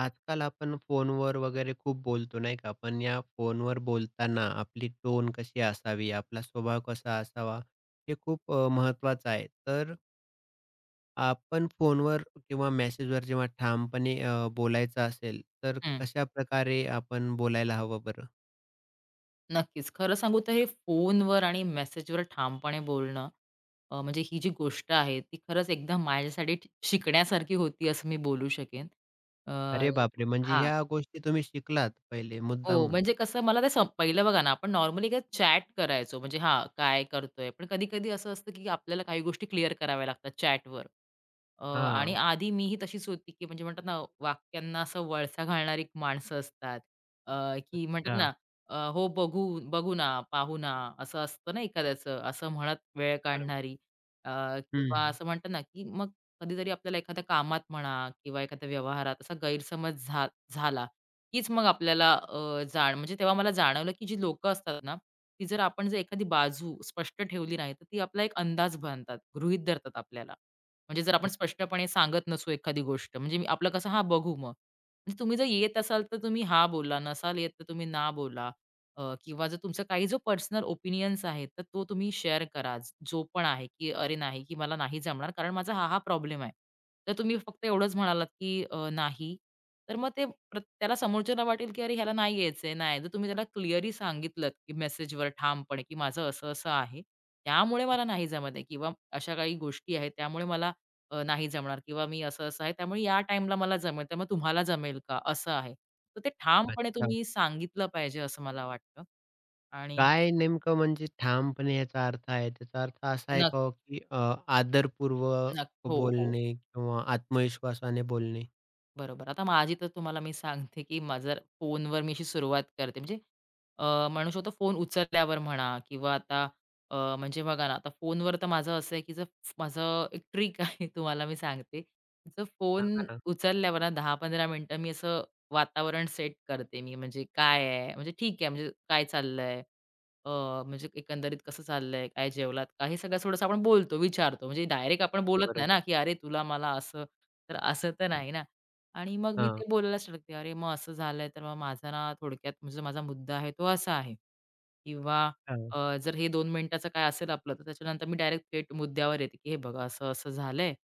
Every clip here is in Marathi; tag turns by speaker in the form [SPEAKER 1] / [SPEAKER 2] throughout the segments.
[SPEAKER 1] आजकाल आपण फोनवर वगैरे खूप बोलतो नाही का? पण या फोनवर बोलताना आपली टोन कशी असावी, आपला स्वभाव कसा असावा, हे खूप महत्त्वाचं आहे. तर आपण फोनवर किंवा मेसेजवर जेव्हा ठामपणे बोलायचं असेल, तर
[SPEAKER 2] हं,
[SPEAKER 1] कशाप्रकारे आपण बोलायला हवं बरं?
[SPEAKER 2] नक्कीच. खरं सांगू तर हे फोनवर आणि मेसेजवर ठामपणे बोलणं अ, म्हणजे ही जी गोष्ट आहे ती खरंच एकदम माझ्यासाठी शिकण्यासारखी होती असं मी बोलू शकेन. अ,
[SPEAKER 1] अरे बापरे! म्हणजे
[SPEAKER 2] हां.
[SPEAKER 1] ह्या गोष्टी तुम्ही शिकलात पहिले
[SPEAKER 2] हो,
[SPEAKER 1] मुद्दामून?
[SPEAKER 2] म्हणजे कसं मला ते पहिलं बघा ना, आपण नॉर्मली काय चॅट करायचो, म्हणजे हां, काय करतोय? पण कधी-कधी असं असतं, की आपल्याला काही गोष्टी क्लिअर कराव्या लागतात चॅटवर. अ, आणि
[SPEAKER 1] हां.
[SPEAKER 2] आधी मीही तशीच होती, की म्हणजे म्हणतात ना, वाक्यांना असं वळसा घालणारी माणसं असतात. अ, की म्हणतात
[SPEAKER 1] अच्छा.
[SPEAKER 2] ना, अ, "हो, बघू, बघू ना, पाहू ना," असं असतं ना एखाद्याचं, असं म्हणत वेळ
[SPEAKER 1] बरोबर.
[SPEAKER 2] काढणारी. अ, किंवा
[SPEAKER 1] हं,
[SPEAKER 2] असं म्हणतात ना, की मग कधीतरी आपल्याला एखाद्या कामात म्हणा किंवा एखाद्या व्यवहारात असा गैरसमज झाला तीच मग आपल्याला अ, जाण म्हणजे तेव्हा मला जाणवलं, की जी लोकं असतात ना, ती जर आपण जर एखादी बाजू स्पष्ट ठेवली नाही, तर ती आपला एक अंदाज बांधतात, गृहीत धरतात आपल्याला. म्हणजे जर आपण स्पष्टपणे सांगत नसू एखादी गोष्ट, म्हणजे मी आपलं कसं, "हां, बघू मग." म्हणजे तुम्ही जर येत असाल, तर तुम्ही हां बोला, नसाल येत, तर तुम्ही ना बोला. किंवा जर तुमचा काही जो पर्सनल ओपिनियन्स आहे, तर तो तुम्ही शेअर करा. जो पण आहे, की "अरे नाही, की मला नाही जमणार, कारण माझा हा प्रॉब्लेम आहे." तर तुम्ही फक्त एवढंच म्हणालात, की "नाही," तर मग ते परत समोरच्याला वाटेल की अरे ह्याला नाही यायचंय, नाही. जर तुम्ही त्याला क्लिअरली सांगितलत की मेसेजवर ठामपणे की माझं असं-असं आहे. त्यामुळे मला नाही जमत आहे किंवा अशा काही गोष्टी आहेत त्यामुळे मला नाही जमणार किंवा मी असं-असं आहे त्यामुळे या टाईमला मला जमेल, त्यामुळे तुम्हाला जमेल का? असं आहे. तर ते ठामपणे
[SPEAKER 1] अच्छा.
[SPEAKER 2] तुम्ही सांगितलं पाहिजे असं मला वाटतं आणि
[SPEAKER 1] काय नेमकं म्हणजे ठामपणे याचा अर्थ आहे? त्याचा अर्थ असा आहे का हो,
[SPEAKER 2] नक्की,
[SPEAKER 1] की आदरपूर्वक
[SPEAKER 2] नक्की. हो, हो.
[SPEAKER 1] बोलणे किंवा आत्मविश्वासाने बोलणे?
[SPEAKER 2] बरोबर. आता माझी तर तुम्हाला मी सांगते, की माझं जर फोनवर मी अशी सुरुवात करते. म्हणजे अ, म्हणू शकतो फोन उचलल्यावर म्हणा किंवा आता म्हणजे बघा ना, आता फोनवर तर माझं असं आहे, की जर माझं एक ट्रिक आहे तुम्हाला मी सांगते. जर फोन
[SPEAKER 1] सांगा ना?
[SPEAKER 2] उचलल्यावर ना 10-15 मिनिटं मी असं वातावरण सेट करते मी. म्हणजे काय आहे? म्हणजे ठीक आहे, म्हणजे काय चाललंय? अ, म्हणजे एकंदरीत कसं चाललंय? काय जेवलात का? हे सगळं थोडंसं आपण बोलतो, विचारतो. म्हणजे डायरेक्ट आपण बोलत नाही ना,
[SPEAKER 1] बरोबर.
[SPEAKER 2] की "अरे, तुला मला असं." तर असं तर नाही ना. आणि मग मी
[SPEAKER 1] हां,
[SPEAKER 2] ते बोलायला स्टार्ट करते, "अरे, मग असं झालंय, तर मग माझा ना थोडक्यात म्हणजे माझा मुद्दा आहे तो असा आहे." किंवा
[SPEAKER 1] हां,
[SPEAKER 2] जर हे 2 मिनिटाचं काय असेल आपलं, तर त्याच्यानंतर मी डायरेक्ट थेट मुद्द्यावर येते, की "हे बघा, असं-असं झालंय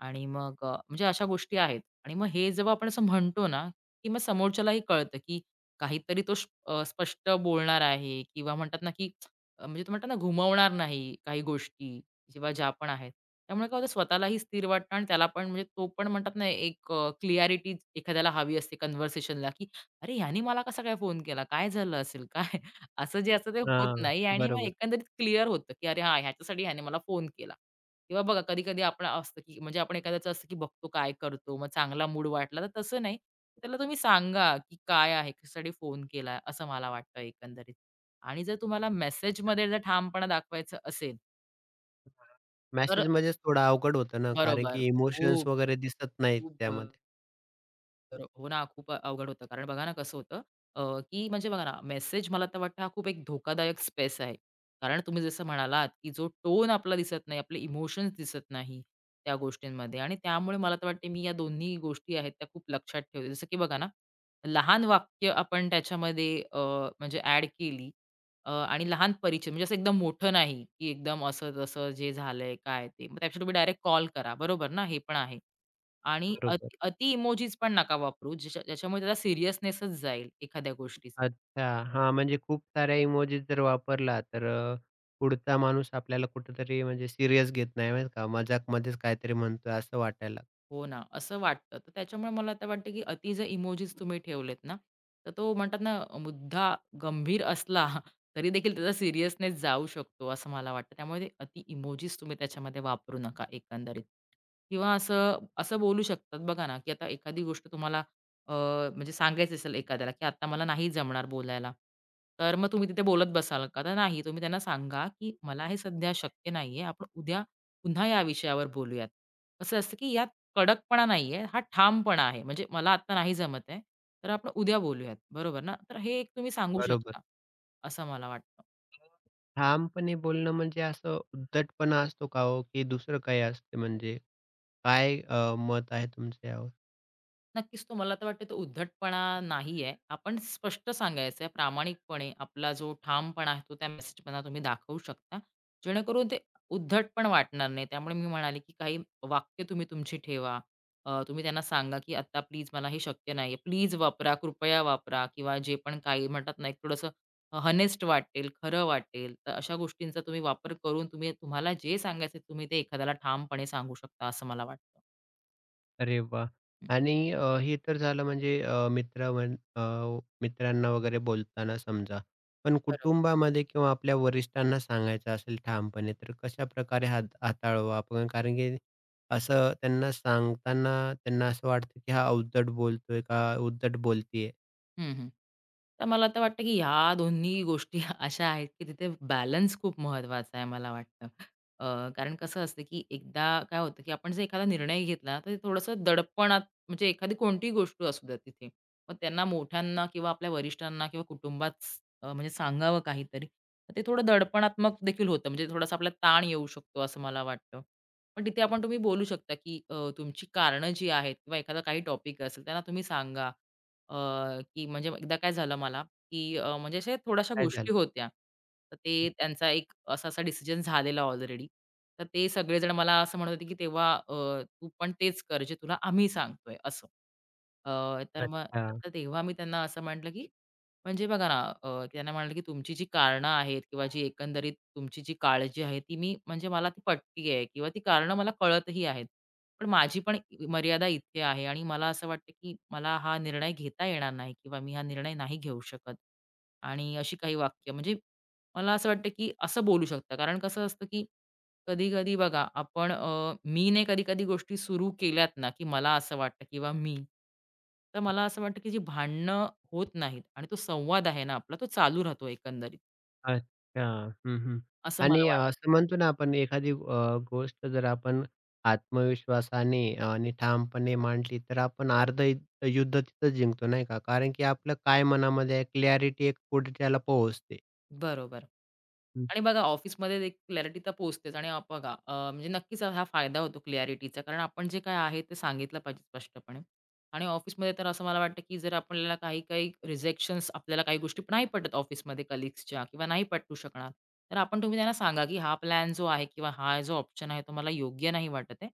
[SPEAKER 2] आणि मग म्हणजे अशा गोष्टी आहेत." आणि मग हे जेव्हा आपण असं म्हणतो ना, की मग समोरच्यालाही कळतं, की काहीतरी तो स्पष्ट बोलणार आहे किंवा म्हणतात ना, की म्हणजे तो म्हणतात ना, घुमवणार नाही काही गोष्टी किंवा ज्या पण आहेत. त्यामुळे काय होतं स्वतःलाही स्थिर वाटतं आणि त्याला पण म्हणजे तो पण म्हणतात ना एक क्लिअॅरिटी एखाद्याला हवी असते कन्व्हर्सेशनला, की "अरे, ह्याने मला कसा काय फोन केला? काय झालं असेल काय?" असं जे असतं ते होत
[SPEAKER 1] हां.
[SPEAKER 2] नाही आणि मग
[SPEAKER 1] बरोबर.
[SPEAKER 2] एकंदरीत क्लिअर होतं, की "अरे, हां, ह्याच्यासाठी ह्याने मला फोन केला." किंवा बघा कधी-कधी आपण असतं, की म्हणजे आपण एखाद्याचं असतं, की बघतो काय करतो, मग चांगला मूड वाटला तर तसं नाही. त्याला तुम्ही सांगा, की "काय आहे? कशासाठी फोन केला?" असं मला वाटतं एकंदरीत. आणि जर तुम्हाला मेसेजमध्ये जर ठामपणा दाखवायचं असेल
[SPEAKER 1] मेसेजमध्येच थोडं अवघड होतं ना, कारण
[SPEAKER 2] बरोबर.
[SPEAKER 1] की इमोशन्स
[SPEAKER 2] खूप,
[SPEAKER 1] वगैरे दिसत नाहीत
[SPEAKER 2] खूप बरो
[SPEAKER 1] त्यामध्ये.
[SPEAKER 2] हो ना, खूप अवघड होतं. कारण बघा ना कसं होतं, अ, की म्हणजे बघा ना मेसेज मला तर वाटतं हा खूप एक धोकादायक स्पेस आहे. कारण तुम्ही जसं म्हणालात, की जो टोन आपला दिसत नाही, आपले इमोशन्स दिसत नाही त्या गोष्टींमध्ये आणि त्यामुळे मला तर वाटते मी या दोन्ही गोष्टी आहेत त्या खूप लक्षात ठेवते. जसं की बघा ना, लहान वाक्य आपण त्याच्यामध्ये म्हणजे ॲड केली आणि लहान परिचय म्हणजे असं एकदम मोठं नाही, की एकदम असं तसं जे झालंय काय ते. मग त्यापेक्षा तुम्ही डायरेक्ट कॉल करा. बरोबर ना? हे पण आहे. आणि अति
[SPEAKER 1] बरोबर.
[SPEAKER 2] इमोजीस पण नका वापरू, ज्याच्यामुळे त्याचा सीरियसनेसच जाईल एखाद्या गोष्टीचा.
[SPEAKER 1] अच्छा. हां, म्हणजे खूप साऱ्या इमोजी जर वापरला, तर पुढचा माणूस आपल्याला कुठेतरी म्हणजे सीरियस घेत नाही, माहीत का? मजाकमध्येच काहीतरी म्हणतोय असं वाटायला.
[SPEAKER 2] हो ना, असं वाटतं. तर त्याच्यामुळे मला आता वाटतं, की अति जे इमोजीस तुम्ही ठेवलेत ना, तर तो म्हणतात ना, मुद्दा गंभीर असला तरी देखील त्याचा सीरियसनेस जाऊ शकतो, असं मला वाटतं. त्यामुळे ते अति इमोजीस तुम्ही त्याच्यामध्ये वापरू नका एकंदरीत. किंवा असं असं बोलू शकतात बघा ना, की आता एखादी गोष्ट तुम्हाला अ, म्हणजे सांगायची असेल एखाद्याला, की "आता मला नाही जमणार बोलायला." तर मग तुम्ही तिथे बोलत बसाल का? तर नाही. तुम्ही त्यांना सांगा, की "मला हे सध्या शक्य नाहीये. आपण उद्या पुन्हा या विषयावर बोलूयात." कसं असतं, की यात कडकपणा नाहीये, हा ठामपणा आहे. म्हणजे मला आत्ता नाही जमत आहे, तर आपण उद्या बोलूयात, बरोबर ना? तर हे एक तुम्ही सांगू
[SPEAKER 1] बरोबर.
[SPEAKER 2] शकता, असं मला वाटतं.
[SPEAKER 1] ठामपणे बोलणं म्हणजे असं उद्धटपणा असतो का हो, की दुसरं काही असते म्हणजे? काय मत आहे तुमचं यावर?
[SPEAKER 2] नक्कीच तो मला तर वाटतं तो उद्धटपणा नाही आहे. आपण स्पष्ट सांगायचं आहे प्रामाणिकपणे आपला जो ठामपणा आहे तो त्या मेसेजमधनं तुम्ही दाखवू शकता. जेणेकरून ते उद्धट पण वाटणार नाही. त्यामुळे मी म्हणाले, की काही वाक्य तुम्ही तुमची ठेवा. तुम्ही त्यांना सांगा, की "आत्ता प्लीज मला हे शक्य नाही प्लीज वापरा, कृपया वापरा" किंवा जे पण काही म्हणतात ना, एक थोडंसं हनेस्ट वाटेल, खरं वाटेल. तर अशा गोष्टींचा तुम्ही वापर करून तुम्ही तुम्हाला जे सांगायचं तुम्ही ते एखाद्याला ठामपणे सांगू शकता असं मला वाटतं.
[SPEAKER 1] अरे वाह! आणि हे तर झालं म्हणजे अ, मित्र म्हण अ, मित्रांना वगैरे बोलताना समजा. पण
[SPEAKER 2] हं.
[SPEAKER 1] कुटुंबामध्ये किंवा आपल्या वरिष्ठांना सांगायचं असेल ठामपणे, तर कशाप्रकारे हात हाताळावं आपण? कारण की असं त्यांना सांगताना त्यांना असं वाटतं, की हा उद्धट बोलतोय का उद्धट बोलतीये?
[SPEAKER 2] हं, हं. तर मला तर वाटतं, की ह्या दोन्ही गोष्टी अशा आहेत, की तिथे बॅलन्स खूप महत्त्वाचा आहे मला वाटतं. कारण कसं असतं, की एकदा काय होतं, की आपण जर एखादा निर्णय घेतला, तर ते थोडंसं दडपणात म्हणजे एखादी कोणतीही गोष्ट असू द्या तिथे. मग त्यांना मोठ्यांना किंवा आपल्या वरिष्ठांना किंवा कुटुंबात म्हणजे सांगावं काहीतरी. तर ते थोडं दडपणात्मक देखील होतं. म्हणजे थोडासा आपला ताण येऊ शकतो असं मला वाटतं. पण तिथे आपण तुम्ही बोलू शकता, की तुमची कारणं जी आहेत किंवा एखादा काही टॉपिक असेल त्यांना तुम्ही सांगा. अ, की म्हणजे एकदा काय झालं मला, की म्हणजे अशा थोड्याशा
[SPEAKER 1] काय झालं?
[SPEAKER 2] गोष्टी होत्या. तर ते त्यांचा एक असा-असा डिसिजन झालेला ऑलरेडी. तर ते सगळेजण मला असं म्हणत होते, की तेव्हा तू पण तेच कर जे तुला आम्ही सांगतोय असं. अ, तर मग
[SPEAKER 1] अच्छा.
[SPEAKER 2] तर तेव्हा मी त्यांना असं म्हटलं, की म्हणजे बघा ना त्यांना म्हटलं, की तुमची जी कारणं आहेत किंवा जी एकंदरीत तुमची जी काळजी आहे ती मी म्हणजे मला ती पटती आहे किंवा ती कारणं मला कळतही आहेत. पण माझी पण मर्यादा इथे आहे आणि मला असं वाटतं, की मला हा निर्णय घेता येणार नाही किंवा मी हा निर्णय नाही घेऊ शकत. आणि अशी काही वाक्य म्हणजे मला असं वाटतं, की असं बोलू शकता. कारण कसं असतं, की कधी-कधी बघा आपण मीने कधी-कधी गोष्टी सुरू केल्यात ना, की मला असं वाटतं किंवा मी, तर मला असं वाटतं, की जी भांडणं होत नाहीत आणि तो संवाद आहे ना आपला, तो चालू राहतो एकंदरीत,
[SPEAKER 1] अच्छा. हं, हं.
[SPEAKER 2] असं
[SPEAKER 1] आणि
[SPEAKER 2] मला वाटतं.
[SPEAKER 1] असं म्हणतो ना आपण एखादी गोष्ट जर आपण आत्मविश्वासाने आणि ठामपणे मांडली, तर आपण अर्ध यु युद्ध तिथंच जिंकतो नाही का? कारण की आपलं काय मनामध्ये आहे क्लॅरिटी एक कुठे त्याला पोहोचते.
[SPEAKER 2] बरोबर.
[SPEAKER 1] हं.
[SPEAKER 2] आणि बघा ऑफिसमध्ये एक क्लॅरिटी तर पोहोचतेच आणि बघा म्हणजे नक्कीच हा फायदा होतो क्लॅरिटीचा कारण आपण जे काय आहे ते सांगितलं पाहिजे स्पष्टपणे आणि ऑफिसमध्ये तर असं मला वाटतं की जर आपल्याला काही काही रिजेक्शन्स आपल्याला काही गोष्टी नाही पटत ऑफिसमध्ये कलिग्सच्या किंवा नाही पटू शकणार तर तुम्ही त्यांना सांगा की हा प्लॅन जो आहे किंवा हा जो ऑप्शन आहे तो मला योग्य नाही वाटत आहे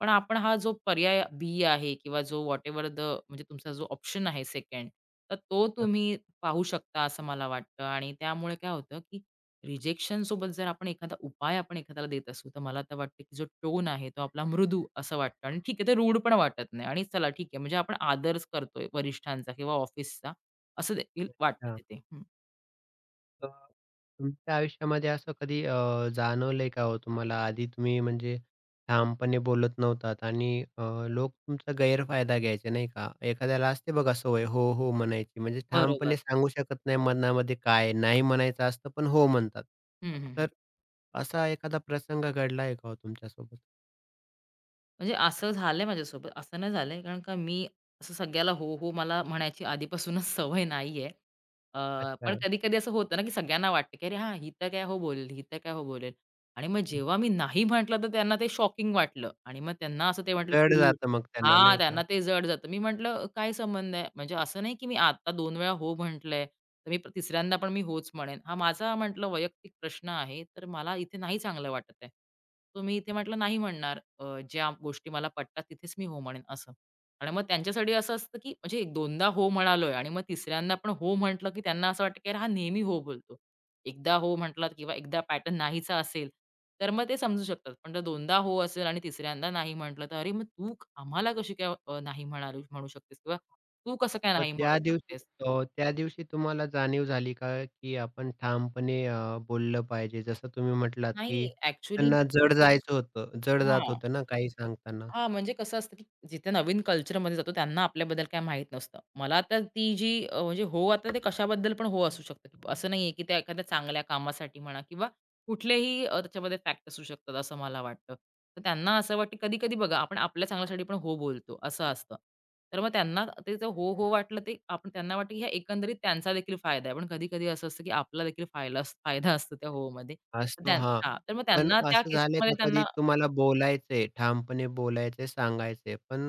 [SPEAKER 2] पण आपण हा जो पर्याय बी आहे किंवा जो वॉट एव्हर द म्हणजे तुमचा जो ऑप्शन आहे सेकंड तर तो तुम्ही पाहू शकता असं मला वाटतं आणि त्यामुळे काय होतं की रिजेक्शन सोबत जर आपण एखादा उपाय एखाद्याला देत असू, तर मला तर वाटतं की जो टोन आहे तो आपला मृदू असं वाटतं आणि ठीक आहे ते रूड पण वाटत नाही आणि चला ठीक आहे म्हणजे आपण आदरच करतोय वरिष्ठांचा किंवा ऑफिसचा असं देखील वाटतं
[SPEAKER 1] अच्छा.
[SPEAKER 2] तिथे. हं.
[SPEAKER 1] अ, तुमच्या आयुष्यामध्ये असं कधी जाणवलंय का हो तुम्हाला? आधी तुम्ही म्हणजे ठामपणे बोलत नव्हतात आणि अ, लोक तुमचा गैरफायदा घ्यायचे, नाही का? एखाद्याला असते बघा सवय हो, हो म्हणायची. म्हणजे
[SPEAKER 2] बरोबर.
[SPEAKER 1] ठामपणे सांगू शकत नाही मनामध्ये काय नाही म्हणायचं असतं, पण हो म्हणतात.
[SPEAKER 2] हं, हं, हं.
[SPEAKER 1] तर असा एखादा प्रसंग घडलाय का हो तुमच्यासोबत?
[SPEAKER 2] म्हणजे असं झालंय माझ्यासोबत. असं नाही झालंय, कारण का मी असं सगळ्याला हो, हो मला म्हणायची आधीपासूनच सवय नाहीये. अ, पण
[SPEAKER 1] अच्छा.
[SPEAKER 2] कधी-कधी असं होतं ना, की सगळ्यांना वाटतं, की "अरे हां, ही तर काय हो बोलेल, ही तर काय हो बोलेल." आणि मग जेव्हा मी नाही म्हटलं, तर त्यांना ते शॉकिंग वाटलं आणि मग त्यांना असं ते म्हटलं,
[SPEAKER 1] जड
[SPEAKER 2] की
[SPEAKER 1] जातं मग त्यांना,
[SPEAKER 2] हां,
[SPEAKER 1] नाही का?
[SPEAKER 2] त्यांना ते जड जातं. मी म्हटलं, "काय संबंध आहे?" म्हणजे असं नाही, की मी आता 2 वेळा हो म्हटलंय तर मी तिसऱ्यांदा पण मी होच म्हणेन. हा माझा म्हटलं वैयक्तिक प्रश्न आहे, तर मला इथे नाही चांगलं वाटत आहे. तो मी इथे म्हटलं नाही म्हणणार. ज्या गोष्टी मला पटतात तिथेच मी हो म्हणेन असं. आणि मग त्यांच्यासाठी असं असतं, की म्हणजे एक दोनदा हो म्हणालोय आणि मग तिसऱ्यांदा पण हो म्हटलं, की त्यांना असं वाटतं, की "अरे हा नेहमी हो बोलतो." एकदा हो म्हटलात किंवा एकदा पॅटर्न नाहीचा असेल, तर मग ते समजू शकतात. पण जर दोनदा हो असेल आणि तिसऱ्यांदा नाही म्हटलं, तर "अरे मग तू आम्हाला कशी काय नाही म्हणाली म्हणू शकतेस किंवा तू कसं काय
[SPEAKER 1] मग
[SPEAKER 2] नाही म्हणू
[SPEAKER 1] त्या दिवशी
[SPEAKER 2] शकतेस?"
[SPEAKER 1] त्या दिवशी तुम्हाला जाणीव झाली का, की आपण ठामपणे बोललं पाहिजे? जसं तुम्ही म्हटलात, की
[SPEAKER 2] नाही, ॲक्चुअली
[SPEAKER 1] त्यांना जड जायचं होतं जड जात
[SPEAKER 2] हां.
[SPEAKER 1] होतं ना काही सांगताना.
[SPEAKER 2] हां, म्हणजे कसं असतं, की जिथे नवीन कल्चरमध्ये जातो त्यांना आपल्याबद्दल काही माहीत नसतं. मला आता ती जी म्हणजे हो आता ते कशाबद्दल पण हो असू शकतं. की असं नाहीये, की त्या एखाद्या चांगल्या कामासाठी म्हणा किंवा कुठलेही त्याच्यामध्ये फॅक्ट असू शकतात असं मला वाटतं. तर त्यांना असं वाटतं कधी-कधी बघा आपण आपल्या चांगल्यासाठी पण हो बोलतो असं असतं. तर मग त्यांना त्याचं हो वाटलं ते आपण त्यांना वाटतं, की ह्या एकंदरीत त्यांचा देखील फायदा आहे. पण कधी-कधी असं असतं, की आपला देखील फायदा असतो त्या हो मध्ये. तर
[SPEAKER 1] असतो
[SPEAKER 2] त्यां
[SPEAKER 1] हां.
[SPEAKER 2] हां, तर मग
[SPEAKER 1] पण
[SPEAKER 2] त्यांना त्या
[SPEAKER 1] असं झालंय
[SPEAKER 2] केसेसमध्ये
[SPEAKER 1] का कधी तुम्हाला बोलायचंय, ठामपणे बोलायचंय, सांगायचंय, पण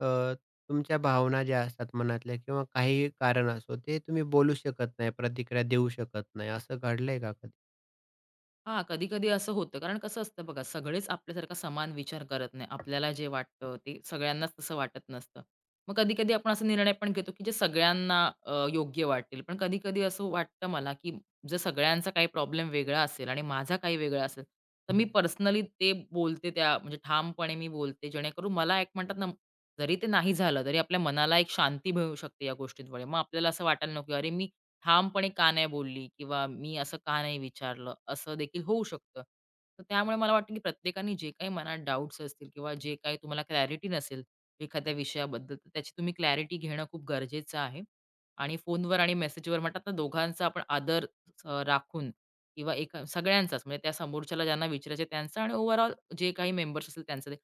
[SPEAKER 1] अ, तुमच्या भावना ज्या असतात मनातल्या किंवा काहीही कारण असो, ते तुम्ही बोलू शकत नाही, प्रतिक्रिया देऊ शकत नाही. असं घडलंय का कधी?
[SPEAKER 2] हां, कधी-कधी असं होतं. कारण कसं असतं बघा, सगळेच आपल्यासारखा समान विचार करत नाही. आपल्याला जे वाटतं ते सगळ्यांनाच तसं वाटत नसतं. मग कधी-कधी आपण असा निर्णय पण घेतो, की जे सगळ्यांना योग्य वाटेल. पण कधी-कधी असं वाटतं मला, की जर सगळ्यांचा काही प्रॉब्लेम वेगळा असेल आणि माझा काही वेगळा असेल, तर मी पर्सनली ते बोलते त्या म्हणजे ठामपणे मी बोलते. जेणेकरून मला एक म्हणतात ना, जरी ते नाही झालं, तरी आपल्या मनाला एक शांती मिळू शकते या गोष्टींमुळे. मग आपल्याला असं वाटायला नको, "अरे, मी ठामपणे का नाही बोलली किंवा मी असं का नाही विचारलं", असं देखील होऊ शकतं. तर त्यामुळे मला वाटतं की प्रत्येकाने जे काही मनात डाउट्स असतील किंवा जे काही तुम्हाला क्लॅरिटी नसेल एखाद्या विषयाबद्दल, तर त्याची तुम्ही क्लॅरिटी घेणं खूप गरजेचं आहे. आणि फोनवर आणि मेसेजवर म्हणतात ना, दोघांचा आपण आदर राखून किंवा एका सगळ्यांचाच म्हणजे त्या समोरच्याला ज्यांना विचारायचं त्यांचा आणि ओव्हरऑल जे काही मेंबर्स असतील त्यांचं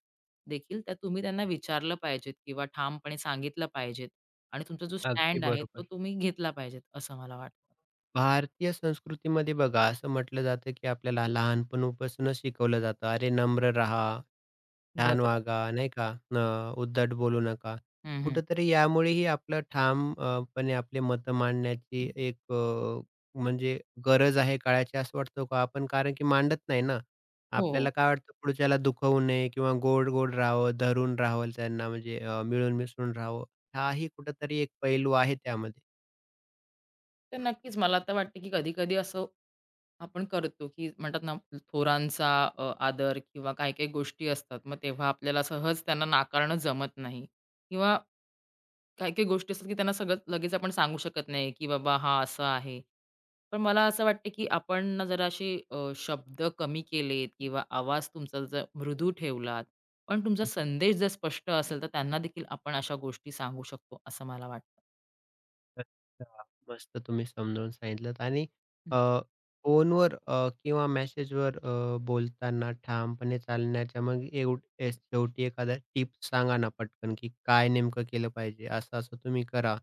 [SPEAKER 2] देखील, तर तुम्ही त्यांना विचारलं पाहिजेत किंवा ठामपणे सांगितलं पाहिजे. आणि तुमचा जो
[SPEAKER 1] अगदी
[SPEAKER 2] स्टँड आहे, तो
[SPEAKER 1] बरोबर.
[SPEAKER 2] तुम्ही घेतला पाहिजेत, असं मला वाटतं.
[SPEAKER 1] भारतीय संस्कृतीमध्ये बघा असं म्हटलं जातं, की आपल्याला लहानपणापासूनच शिकवलं जातं, "अरे नम्र राहा, छान
[SPEAKER 2] बरोबर.
[SPEAKER 1] वागा." नाही का? उद्धट बोलू नका.
[SPEAKER 2] हं, हं.
[SPEAKER 1] कुठेतरी यामुळेही आपले मतं मांडण्याची एक अ, म्हणजे गरज आहे काळाची असं वाटतं का आपण? कारण की मांडत नाही ना.
[SPEAKER 2] हो, हो.
[SPEAKER 1] आपल्याला काय वाटतं पुढच्याला दुखवू नये किंवा गोड-गोड राहावं, धरून राहावं त्यांना म्हणजे मिळून मिसळून राहावं. हाही कुठेतरी एक पैलू आहे त्यामध्ये.
[SPEAKER 2] तर नक्कीच मला आता वाटतं, की कधी-कधी असं आपण करतो, की म्हणतात ना, थोरांचा आदर किंवा काही-काही गोष्टी असतात. मग तेव्हा आपल्याला सहज त्यांना नाकारणं जमत नाही किंवा काही-काही गोष्टी असतात, की त्यांना सगळं लगेच आपण सांगू शकत नाही, की बाबा हा असा आहे. पण मला असं वाटतं, की आपण ना जरा असे शब्द कमी केलेत किंवा आवाज तुमचा जर मृदू ठेवलात, पण तुमचा संदेश जर स्पष्ट असेल, तर त्यांना देखील आपण अशा गोष्टी सांगू शकतो, असं मला वाटतं.
[SPEAKER 1] अच्छा. मस्त तुम्ही समजावून सांगितलंत आणि
[SPEAKER 2] हं.
[SPEAKER 1] अ, फोनवर किंवा मेसेजवर बोलताना ठामपणे चालण्याच्या मग एव ए शेवटी एखादा टिप्स सांगा ना पटकन, की काय नेमकं केलं पाहिजे? असं-असं तुम्ही करा.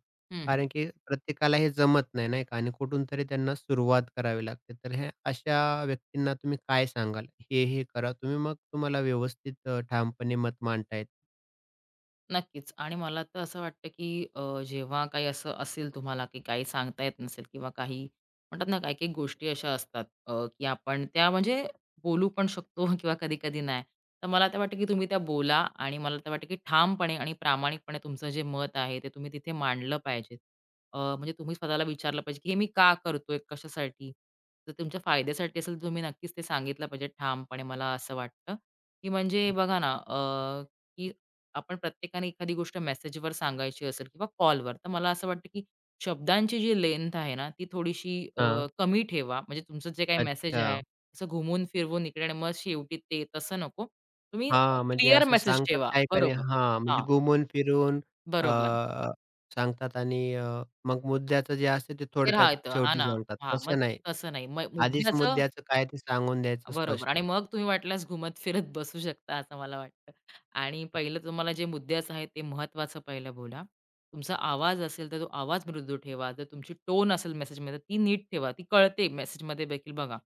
[SPEAKER 1] कारण की प्रत्येकाला हे जमत नाही, नाही का? आणि कुठून तरी त्यांना सुरुवात करावी लागते. तर हे अशा व्यक्तींना तुम्ही काय सांगाल? हे करा तुम्ही मग तुम्हाला व्यवस्थित ठामपणे मत मांडता येतं.
[SPEAKER 2] नक्कीच. आणि मला तर असं वाटतं, की जेव्हा काही असं असेल तुम्हाला, की काही सांगता येत नसेल किंवा काही म्हणतात ना, काही-काही गोष्टी अशा असतात, की आपण त्या म्हणजे बोलू पण शकतो किंवा कधी-कधी नाही. तर मला तर वाटतं, की तुम्ही त्या बोला आणि मला तर वाटतं, की ठामपणे आणि प्रामाणिकपणे तुमचं जे मत आहे, ते तुम्ही तिथे मांडलं पाहिजे. म्हणजे तुम्ही स्वतःला विचारलं पाहिजे, की हे मी का करतोय? कशासाठी? तर तुमच्या फायद्यासाठी असेल, तर तुम्ही नक्कीच ते सांगितलं पाहिजे ठामपणे. मला असं वाटतं, की म्हणजे बघा ना, की आपण प्रत्येकाने एखादी गोष्ट मेसेजवर सांगायची असेल किंवा कॉलवर, तर मला असं वाटतं की शब्दांची जी लेंथ आहे ना, ती थोडीशी
[SPEAKER 1] हां.
[SPEAKER 2] कमी ठेवा. म्हणजे तुमचं जे काही मेसेज
[SPEAKER 1] अच्छा.
[SPEAKER 2] आहे, असं घुमून फिरवून इकडे आणि मग शेवटी ते, तसं नको. तुम्ही
[SPEAKER 1] हां, म्हणजे
[SPEAKER 2] क्लिअर
[SPEAKER 1] असं
[SPEAKER 2] मेसेज
[SPEAKER 1] सांगतात
[SPEAKER 2] ठेवा.
[SPEAKER 1] काही का नाही
[SPEAKER 2] बरोबर.
[SPEAKER 1] हां, म्हणजे
[SPEAKER 2] हां,
[SPEAKER 1] घुमून फिरून
[SPEAKER 2] बरोबर.
[SPEAKER 1] अ, सांगतात आणि मग मुद्द्याचं जे असतं ते
[SPEAKER 2] ते
[SPEAKER 1] थोडक्यात
[SPEAKER 2] राहतं. हां
[SPEAKER 1] शेवटी
[SPEAKER 2] ना.
[SPEAKER 1] सांगतात.
[SPEAKER 2] हां, मग
[SPEAKER 1] तसं नाही.
[SPEAKER 2] तसं नाही. मग
[SPEAKER 1] आधीच
[SPEAKER 2] मुद्द्याचं
[SPEAKER 1] मुद्द्याचं काय ते सांगून द्यायचं
[SPEAKER 2] बरोबर
[SPEAKER 1] स्पष्ट.
[SPEAKER 2] आणि मग तुम्ही वाटल्यास घुमत-फिरत बसू शकता असं मला वाटतं. आणि पहिलं तुम्हाला जे मुद्द्याचं आहे ते महत्त्वाचं पहिलं बोला. तुमचा आवाज असेल तर तो आवाज मृदू ठेवा. जर तुमची टोन असेल मेसेजमध्ये ती नीट ठेवा. ती कळते मेसेजमध्ये देखील बघा,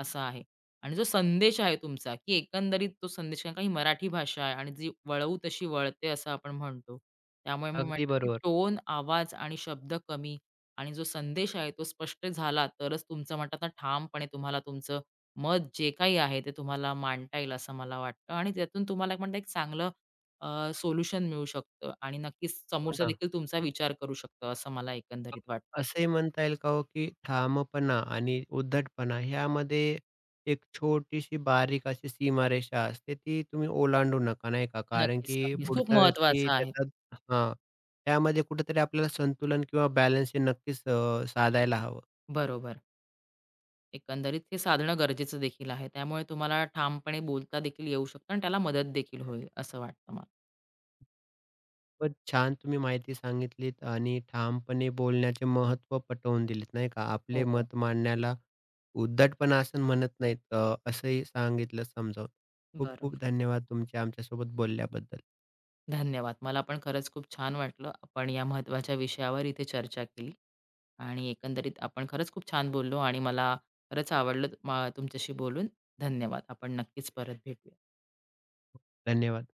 [SPEAKER 2] असं आहे. आणि जो संदेश आहे तुमचा, की एकंदरीत तो संदेश कारण का मराठी भाषा आहे आणि जी वळवू तशी वळते असं आपण म्हणतो. त्यामुळे मी
[SPEAKER 1] अगदी
[SPEAKER 2] म्हटलं, की
[SPEAKER 1] बरोबर.
[SPEAKER 2] टोन, आवाज आणि शब्द कमी आणि जो संदेश आहे तो स्पष्ट झाला तरच तुमचं म्हणतात ना ठामपणे तुम्हाला तुमचं मत जे काही आहे ते तुम्हाला मांडता येईल असं मला वाटतं आणि त्यातून तुम्हाला एक म्हणता एक चांगलं सोल्युशन मिळू शकतं आणि नक्कीच
[SPEAKER 1] हो
[SPEAKER 2] समोरचा
[SPEAKER 1] ना.
[SPEAKER 2] देखील तुमचा विचार करू शकतो असं मला
[SPEAKER 1] अ,
[SPEAKER 2] एकंदरीत वाटतं.
[SPEAKER 1] असंही म्हणता येईल का हो, की ठामपणा आणि उद्धटपणा ह्यामध्ये एक छोटीशी बारीक अशी सीमारेषा असते, ती तुम्ही ओलांडू नका, नाही का? कारण
[SPEAKER 2] नक्कीच,
[SPEAKER 1] की
[SPEAKER 2] नक्कीच. खूप
[SPEAKER 1] पुढचा व्यक्ती
[SPEAKER 2] महत्वाचं आहे.
[SPEAKER 1] त्याच्यात हां, त्यामध्ये कुठेतरी आपल्याला संतुलन किंवा बॅलन्स हे नक्कीच साधायला हवं.
[SPEAKER 2] बरोबर. एकंदरीत हे साधणं गरजेचं देखील आहे. त्यामुळे तुम्हाला ठामपणे बोलता देखील येऊ शकतं आणि त्याला मदत देखील होईल असं वाटतं मला.
[SPEAKER 1] खूपच छान तुम्ही माहिती सांगितलीत आणि ठामपणे बोलण्याचे महत्त्व पटवून दिलेत नाही का. आपले
[SPEAKER 2] हो,
[SPEAKER 1] मत मांडण्याला उद्धटपणा असं म्हणत नाहीत असंही सांगितलं समजावून. खूप खूप
[SPEAKER 2] बरोबर.
[SPEAKER 1] धन्यवाद तुमचे आमच्यासोबत बोलल्याबद्दल.
[SPEAKER 2] धन्यवाद. मला पण खरंच खूप छान वाटलं. आपण या महत्त्वाच्या विषयावर इथे चर्चा केली आणि एकंदरीत आपण खरंच खूप छान बोललो आणि मला खरंच आवडलं म तुमच्याशी बोलून. धन्यवाद. आपण नक्कीच परत भेटूया.
[SPEAKER 1] धन्यवाद.